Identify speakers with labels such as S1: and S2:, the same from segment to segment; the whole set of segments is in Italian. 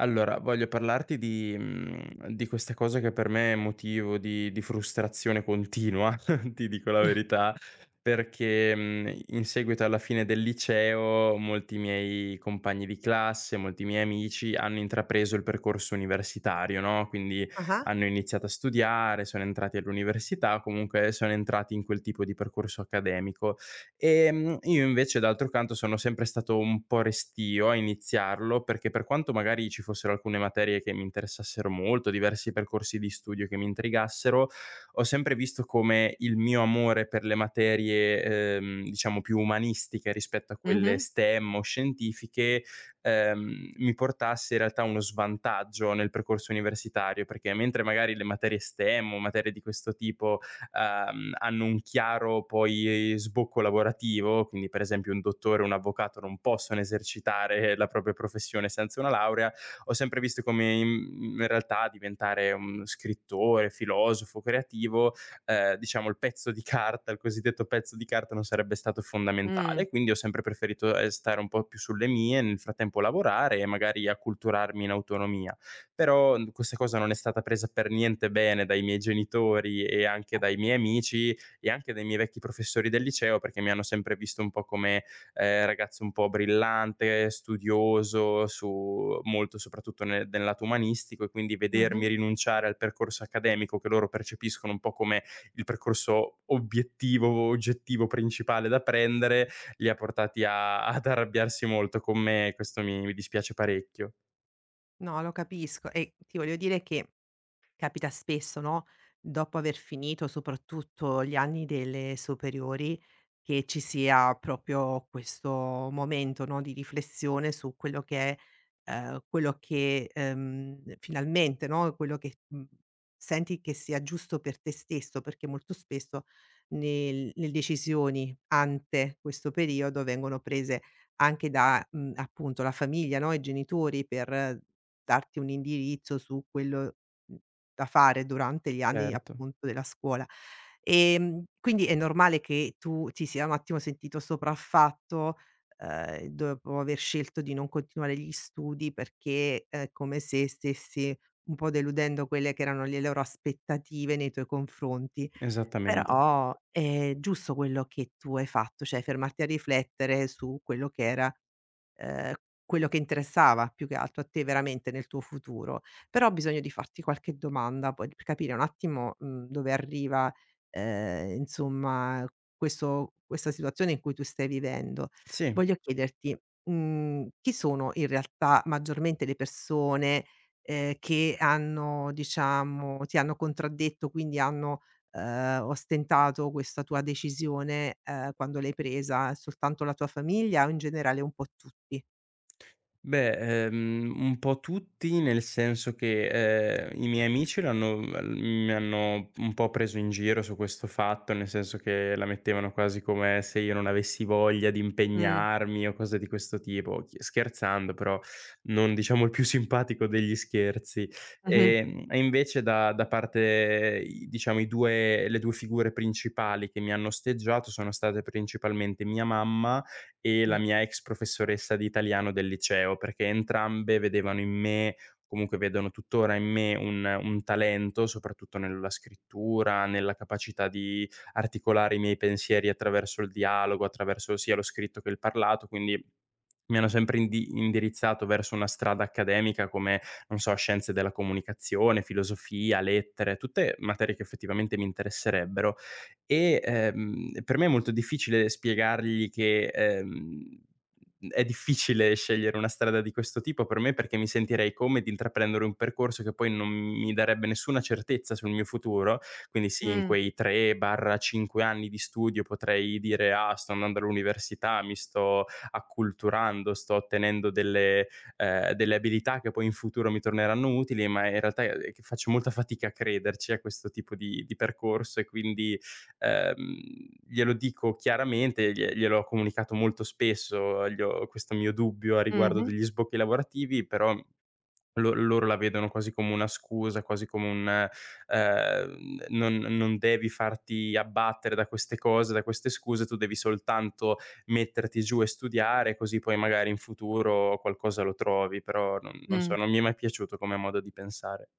S1: Allora, voglio parlarti di questa cosa che per me è motivo di frustrazione continua, ti dico la verità, perché in seguito alla fine del liceo molti miei compagni di classe, molti miei amici hanno intrapreso il percorso universitario, no, quindi
S2: Ah-ah.
S1: hanno iniziato a studiare, sono entrati all'università, comunque sono entrati in quel tipo di percorso accademico. Io invece d'altro canto sono sempre stato un po' restio a iniziarlo, perché per quanto magari ci fossero alcune materie che mi interessassero molto, diversi percorsi di studio che mi intrigassero, ho sempre visto come il mio amore per le materie, diciamo più umanistiche rispetto a quelle
S2: Mh-mh.
S1: STEM o scientifiche, mi portasse in realtà uno svantaggio nel percorso universitario, perché mentre magari le materie STEM o materie di questo tipo hanno un chiaro poi sbocco lavorativo, quindi per esempio un dottore o un avvocato non possono esercitare la propria professione senza una laurea, ho sempre visto come in realtà diventare un scrittore, filosofo, creativo, diciamo il pezzo di carta, il cosiddetto pezzo di carta non sarebbe stato
S2: Mh.
S1: fondamentale, quindi ho sempre preferito, stare un po' più sulle mie, nel frattempo lavorare e magari acculturarmi in autonomia. Però, questa cosa non è stata presa per niente bene dai miei genitori e anche dai miei amici e anche dai miei vecchi professori del liceo, perché mi hanno sempre visto un po' come, ragazzo un po' brillante, studioso, su molto soprattutto nel lato umanistico e quindi
S2: Mh-mh.
S1: vedermi rinunciare al percorso accademico che loro percepiscono un po' come il percorso obiettivo, oggettivo principale da prendere, li ha portati a ad arrabbiarsi molto con me e questo mi dispiace parecchio.
S2: No, lo capisco e ti voglio dire che capita spesso, no, dopo aver finito soprattutto gli anni delle superiori, che ci sia proprio questo momento, no, di riflessione su quello che è, quello che, finalmente, no, quello che, senti che sia giusto per te stesso, perché molto spesso nel le decisioni ante questo periodo vengono prese anche da, appunto la famiglia, no, i genitori per darti un indirizzo su quello mh da fare durante gli anni
S1: Certo.
S2: appunto della scuola. Quindi è normale che tu ti sia un attimo sentito sopraffatto, dopo aver scelto di non continuare gli studi perché è come se stessi un po' deludendo quelle che erano le loro aspettative nei tuoi confronti.
S1: Esattamente.
S2: Però è giusto quello che tu hai fatto, cioè fermarti a riflettere su quello che era ehm, quello che interessava più che altro a te veramente nel tuo futuro, però ho bisogno di farti qualche domanda poi per capire un attimo, dove arriva, insomma questo questa situazione in cui tu stai vivendo.
S1: Sì.
S2: Voglio chiederti, chi sono in realtà maggiormente le persone, che hanno diciamo ti hanno contraddetto, quindi hanno ostentato questa tua decisione, quando l'hai presa? È soltanto la tua famiglia o in generale un po' tutti?
S1: Beh, un po' tutti, nel senso che, i miei amici l'hanno l mi hanno un po' preso in giro su questo fatto, nel senso che la mettevano quasi come se io non avessi voglia di
S2: Mh.
S1: impegnarmi o cose di questo tipo, chi scherzando però, non diciamo il più simpatico degli scherzi.
S2: Mh-mh.
S1: E invece da parte i diciamo i 2 le 2 figure principali che mi hanno osteggiato sono state principalmente mia mamma e la
S2: Mh.
S1: mia ex professoressa di italiano del liceo, perché entrambe vedevano in me, comunque vedono tuttora in me un talento, soprattutto nella scrittura, nella capacità di articolare i miei pensieri attraverso il dialogo, attraverso sia lo scritto che il parlato, quindi mi hanno sempre indirizzato verso una strada accademica come, non so, scienze della comunicazione, filosofia, lettere, tutte materie che effettivamente mi interesserebbero, e, per me è molto difficile spiegargli che, è difficile scegliere una strada di questo tipo per me, perché mi sentirei come di intraprendere un percorso che poi non mi darebbe nessuna certezza sul mio futuro. Quindi sì, in
S2: Mh.
S1: quei 3/5 anni di studio potrei dire: "Ah, sto andando all'università, mi sto acculturando, sto ottenendo delle delle abilità che poi in futuro mi torneranno utili", ma in realtà, che faccio molta fatica a crederci a questo tipo di percorso e quindi Ehm, glielo dico chiaramente, gliel'ho comunicato molto spesso, gli ho questo mio dubbio a riguardo
S2: Mh-mh.
S1: degli sbocchi lavorativi, però lo loro la vedono quasi come una scusa, quasi come un, "Non devi farti abbattere da queste cose, da queste scuse, tu devi soltanto metterti giù e studiare, così poi magari in futuro qualcosa lo trovi." Però non
S2: Mh.
S1: so, non mi è mai piaciuto come modo di pensare.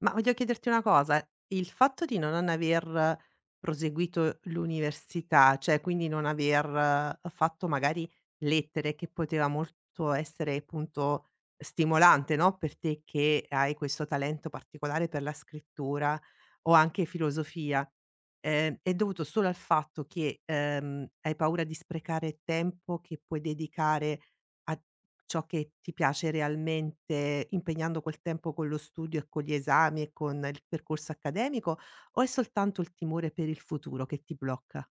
S2: Ma voglio chiederti una cosa, il fatto di non aver proseguito l'università, cioè quindi non aver fatto magari lettere che poteva molto essere appunto stimolante, no, per te che hai questo talento particolare per la scrittura o anche filosofia, è dovuto solo al fatto che, hai paura di sprecare tempo che puoi dedicare a ciò che ti piace realmente impegnando quel tempo con lo studio e con gli esami e con il percorso accademico, o è soltanto il timore per il futuro che ti blocca?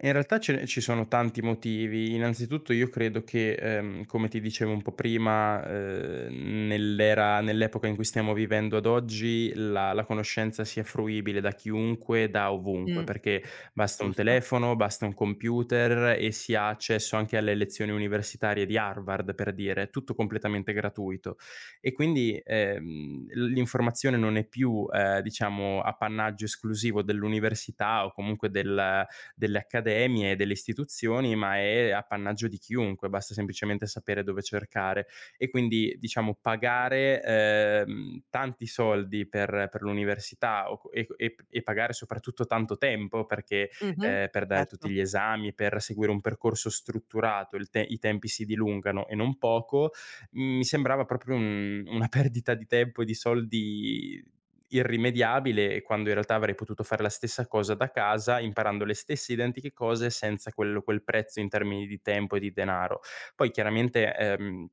S1: In realtà ce ne ci sono tanti motivi. Innanzitutto io credo che, come ti dicevo un po' prima, nell'epoca in cui stiamo vivendo ad oggi, la conoscenza sia fruibile da chiunque, da ovunque,
S2: Mh.
S1: perché basta un
S2: Giusto?
S1: telefono, basta un computer e si ha accesso anche alle lezioni universitarie di Harvard, per dire, è tutto completamente gratuito. E quindi, l'informazione non è più, diciamo appannaggio esclusivo dell'università o comunque del delle accademie e delle istituzioni, ma è appannaggio di chiunque, basta semplicemente sapere dove cercare. E quindi, diciamo, pagare, tanti soldi per l'università o co e pagare soprattutto tanto tempo perché,
S2: Mh-mh.
S1: per dare tutti
S2: Certo,
S1: gli esami, per seguire un percorso strutturato, il te i tempi si dilungano e non poco, mi sembrava proprio un una perdita di tempo e di soldi irrimediabile, quando in realtà avrei potuto fare la stessa cosa da casa, imparando le stesse identiche cose senza quel prezzo in termini di tempo e di denaro. Poi chiaramente,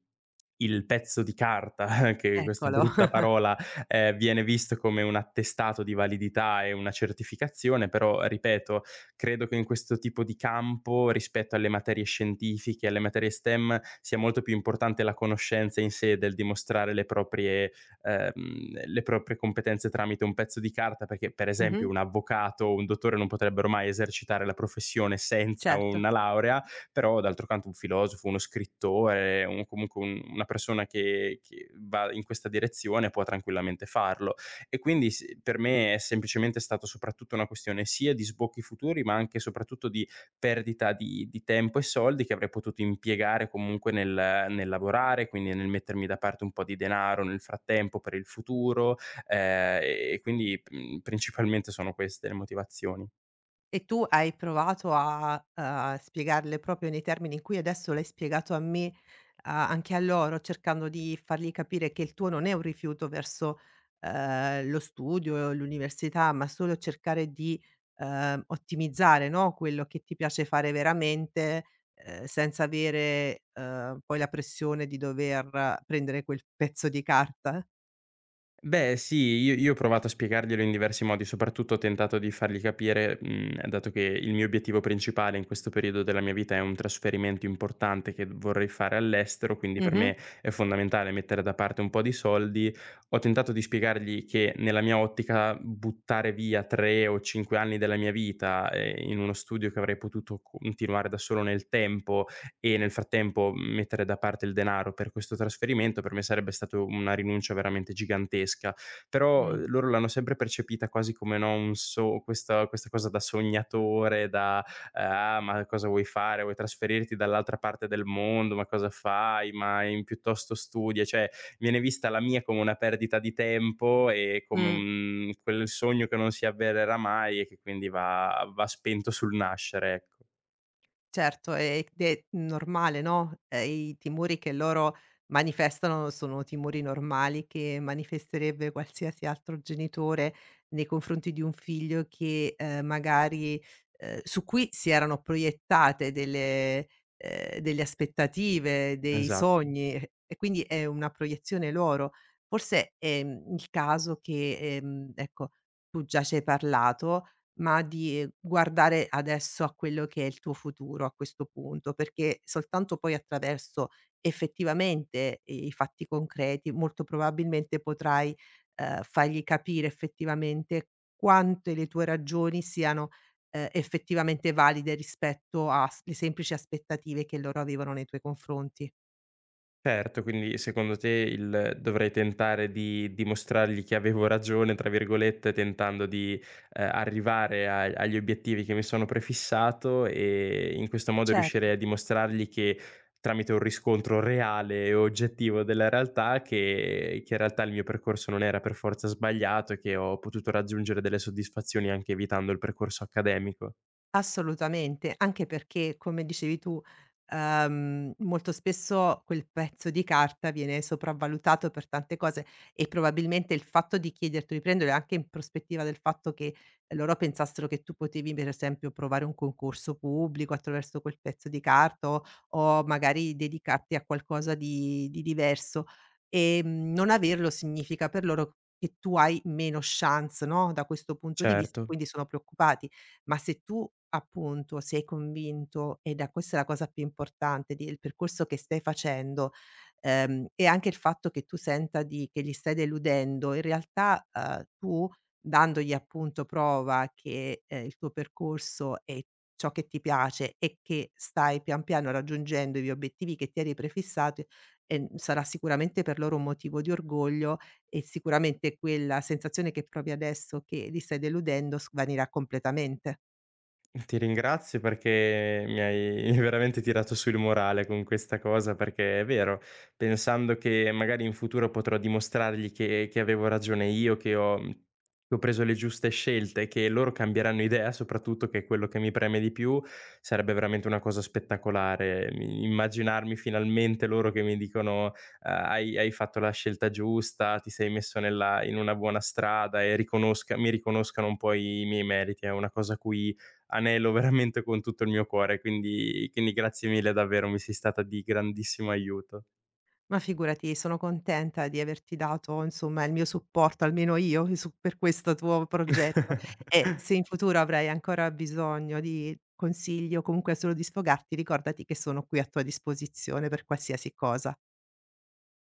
S1: il pezzo di carta, che questa
S2: eccolo.
S1: brutta parola, viene visto come un attestato di validità e una certificazione, però ripeto, credo che in questo tipo di campo, rispetto alle materie scientifiche, alle materie STEM, sia molto più importante la conoscenza in sé del dimostrare le proprie competenze tramite un pezzo di carta, perché per
S2: Mh-mh,
S1: esempio un avvocato o un dottore non potrebbero mai esercitare la professione senza
S2: certo.
S1: una laurea, però d'altro canto un filosofo, uno scrittore, una persona che va in questa direzione può tranquillamente farlo. E quindi per me è semplicemente stato soprattutto una questione sia di sbocchi futuri, ma anche e soprattutto di perdita di tempo e soldi che avrei potuto impiegare comunque nel lavorare, quindi nel mettermi da parte un po' di denaro nel frattempo per il futuro, e quindi, principalmente sono queste le motivazioni.
S2: E tu hai provato a, spiegarle proprio nei termini in cui adesso l'hai spiegato a me, a anche a loro, cercando di fargli capire che il tuo non è un rifiuto verso, lo studio, l'università, ma solo cercare di, ottimizzare, no, quello che ti piace fare veramente, senza avere, poi la pressione di dover prendere quel pezzo di carta?
S1: Beh sì, io ho provato a spiegarglielo in diversi modi, soprattutto ho tentato di fargli capire, dato che il mio obiettivo principale in questo periodo della mia vita è un trasferimento importante che vorrei fare all'estero, quindi per
S2: Mh-mh,
S1: me è fondamentale mettere da parte un po' di soldi. Ho tentato di spiegargli che nella mia ottica buttare via 3 o 5 anni della mia vita, in uno studio che avrei potuto continuare da solo nel tempo, e nel frattempo mettere da parte il denaro per questo trasferimento per me sarebbe stato una rinuncia veramente gigantesca. Però,
S2: mh,
S1: loro l'hanno sempre percepita quasi come, no, un so questa cosa da sognatore, da: "Ah, ma cosa vuoi fare? Vuoi trasferirti dall'altra parte del mondo? Ma cosa fai? Ma in piuttosto studia." Cioè, viene vista la mia come una perdita di tempo e come
S2: mh.
S1: un quel sogno che non si avvererà mai e che quindi va spento sul nascere, ecco.
S2: Certo, ed è normale, no, i timori che loro manifestano sono timori normali che manifesterebbe qualsiasi altro genitore nei confronti di un figlio che, magari su cui si erano proiettate delle delle aspettative, dei
S1: Esat
S2: sogni e quindi è una proiezione loro. Forse è, il caso che, ecco, tu già ci hai parlato, ma di, guardare adesso a quello che è il tuo futuro a questo punto, perché soltanto poi attraverso effettivamente i fatti concreti, molto probabilmente potrai, fargli capire effettivamente quante le tue ragioni siano, effettivamente valide rispetto a s le semplici aspettative che loro avevano nei tuoi confronti.
S1: Certo, quindi secondo te il dovrei tentare di dimostrargli che avevo "ragione" tra virgolette, tentando di, arrivare a agli obiettivi che mi sono prefissato e in questo modo riuscirei
S2: Certo.
S1: a dimostrargli che tramite un riscontro reale e oggettivo della realtà che in realtà il mio percorso non era per forza sbagliato e che ho potuto raggiungere delle soddisfazioni anche evitando il percorso accademico.
S2: Assolutamente, anche perché come dicevi tu, molto spesso quel pezzo di carta viene sopravvalutato per tante cose e probabilmente il fatto di chiederti di prendere anche in prospettiva del fatto che loro pensassero che tu potevi per esempio provare un concorso pubblico attraverso quel pezzo di carta o magari dedicarti a qualcosa di diverso non averlo significa per loro che tu hai meno chance, no? Da questo punto di vista e
S1: Certo.
S2: quindi sono preoccupati, ma se tu appunto sei convinto, ed è questa è la cosa più importante del percorso che stai facendo, e anche il fatto che tu senta di che li stai deludendo, in realtà, tu dandogli appunto prova che, il tuo percorso è ciò che ti piace e che stai pian piano raggiungendo gli obiettivi che ti eri prefissato, sarà sicuramente per loro un motivo di orgoglio e sicuramente quella sensazione che provi adesso che li stai deludendo svanirà completamente.
S1: Ti ringrazio perché mi hai veramente tirato su il morale con questa cosa, perché è vero, pensando che magari in futuro potrò dimostrargli che avevo ragione io, che ho preso le giuste scelte, che loro cambieranno idea soprattutto, che è quello che mi preme di più, sarebbe veramente una cosa spettacolare. Mi immaginarmi finalmente loro che mi dicono: "Ah, hai fatto la scelta giusta, ti sei messo nella in una buona strada" e riconosca mi riconoscano un po' i miei meriti. È una cosa a cui anelo veramente con tutto il mio cuore, quindi grazie mille davvero, mi sei stata di grandissimo aiuto.
S2: Ma figurati, sono contenta di averti dato, insomma, il mio supporto, almeno io, su per questo tuo progetto. E se in futuro avrai ancora bisogno di consigli o comunque solo di sfogarti, ricordati che sono qui a tua disposizione per qualsiasi cosa.